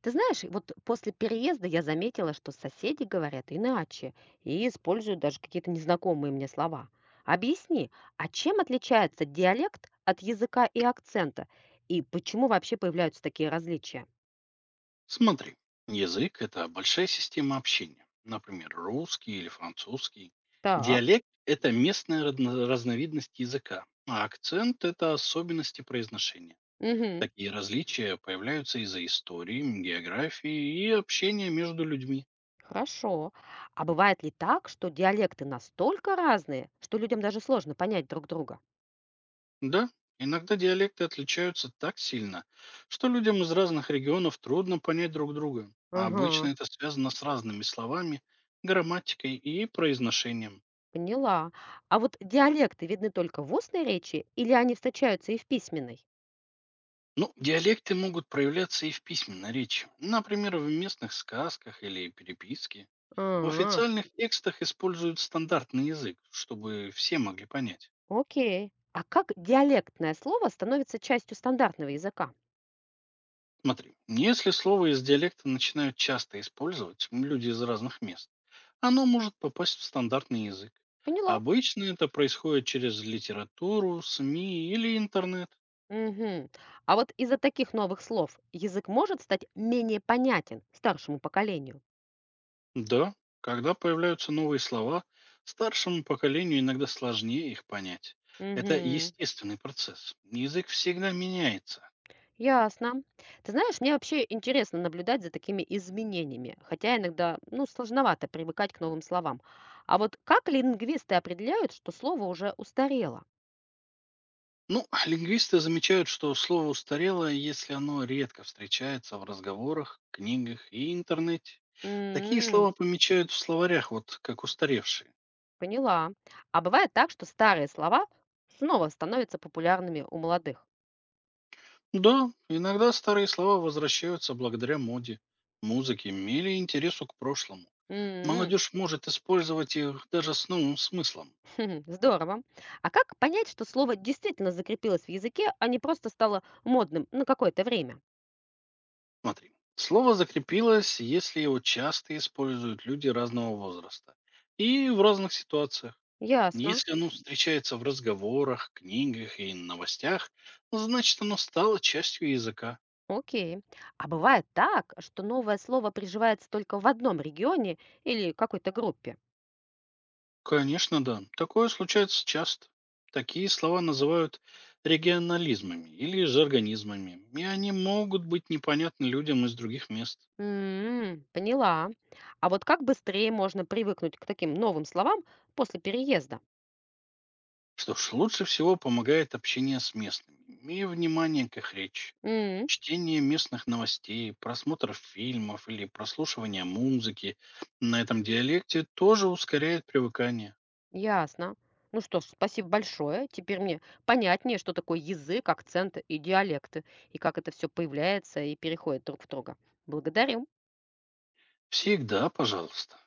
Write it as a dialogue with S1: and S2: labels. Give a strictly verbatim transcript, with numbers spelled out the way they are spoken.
S1: Ты знаешь, вот после переезда я заметила, что соседи говорят иначе и используют даже какие-то незнакомые мне слова. Объясни, а чем отличается диалект от языка и акцента? И почему вообще появляются такие различия?
S2: Смотри, язык– это большая система общения, например, русский или французский.
S1: Так,
S2: Диалект– это местная разно- разновидность языка, а акцент– это особенности произношения.
S1: угу,
S2: Такие различия появляются из-за истории, м, географии и общения между людьми.
S1: хорошо. А бывает ли так, что диалекты настолько разные, что людям даже сложно понять друг друга?
S2: Да, иногда диалекты отличаются так сильно, что людям из разных регионов трудно понять друг друга. А
S1: Ага,
S2: обычно это связано с разными словами, грамматикой и произношением.
S1: поняла. А вот диалекты видны только в устной речи или они встречаются и в письменной?
S2: Ну, диалекты могут проявляться и в письменной речи. Например, в местных сказках или переписке. В
S1: А,
S2: официальных текстах используют стандартный язык, чтобы все могли понять.
S1: окей. А как диалектное слово становится частью стандартного языка?
S2: Смотри, если слово из диалекта начинают часто использовать м, люди из разных мест, оно может попасть в стандартный язык.
S1: Поняла.
S2: Обычно это происходит через литературу, с м и или интернет.
S1: Мгм. А вот из-за таких новых слов язык может стать менее понятен старшему поколению.
S2: Да, когда появляются новые слова, старшему поколению иногда сложнее их понять. Это
S1: Мгм.
S2: естественный процесс. Язык всегда меняется.
S1: Ясно. Ты знаешь, мне вообще интересно наблюдать за такими изменениями, хотя иногда, ну, сложновато привыкать к новым словам. А вот как лингвисты определяют, что слово уже устарело?
S2: Ну, а лингвисты замечают, что слово устарело, если оно редко встречается в разговорах, книгах и интернете. Такие
S1: М,
S2: слова помечают в словарях, вот как устаревшие.
S1: поняла. А бывает так, что старые слова снова становятся популярными у молодых.
S2: Да, иногда старые слова возвращаются благодаря моде, музыке или интересу к прошлому.
S1: М.
S2: Молодежь может использовать их даже с новым смыслом.
S1: Здорово. А как понять, что слово действительно закрепилось в языке, а не просто стало модным на какое-то время?
S2: Смотри, слово закрепилось, если его часто используют люди разного возраста и в разных ситуациях.
S1: Ясно.
S2: Если оно встречается в разговорах, книгах и новостях, значит оно стало частью языка.
S1: Окей. А бывает так, что новое слово приживается только в одном регионе или какой-то группе?
S2: Конечно, да. Такое случается часто. Такие слова называют регионализмами или жаргонизмами, и они могут быть непонятны людям из других мест.
S1: М, поняла. А вот как быстрее можно привыкнуть к таким новым словам после переезда?
S2: Что ж, лучше всего помогает общение с местными и внимание к их речи. Чтение местных новостей, просмотр фильмов или прослушивание музыки на этом диалекте тоже ускоряет привыкание.
S1: Ясно. Ну что ж, спасибо большое. Теперь мне понятнее, что такое язык, акцент и диалекты, и как это все появляется и переходит друг в друга. Благодарю.
S2: Всегда, пожалуйста.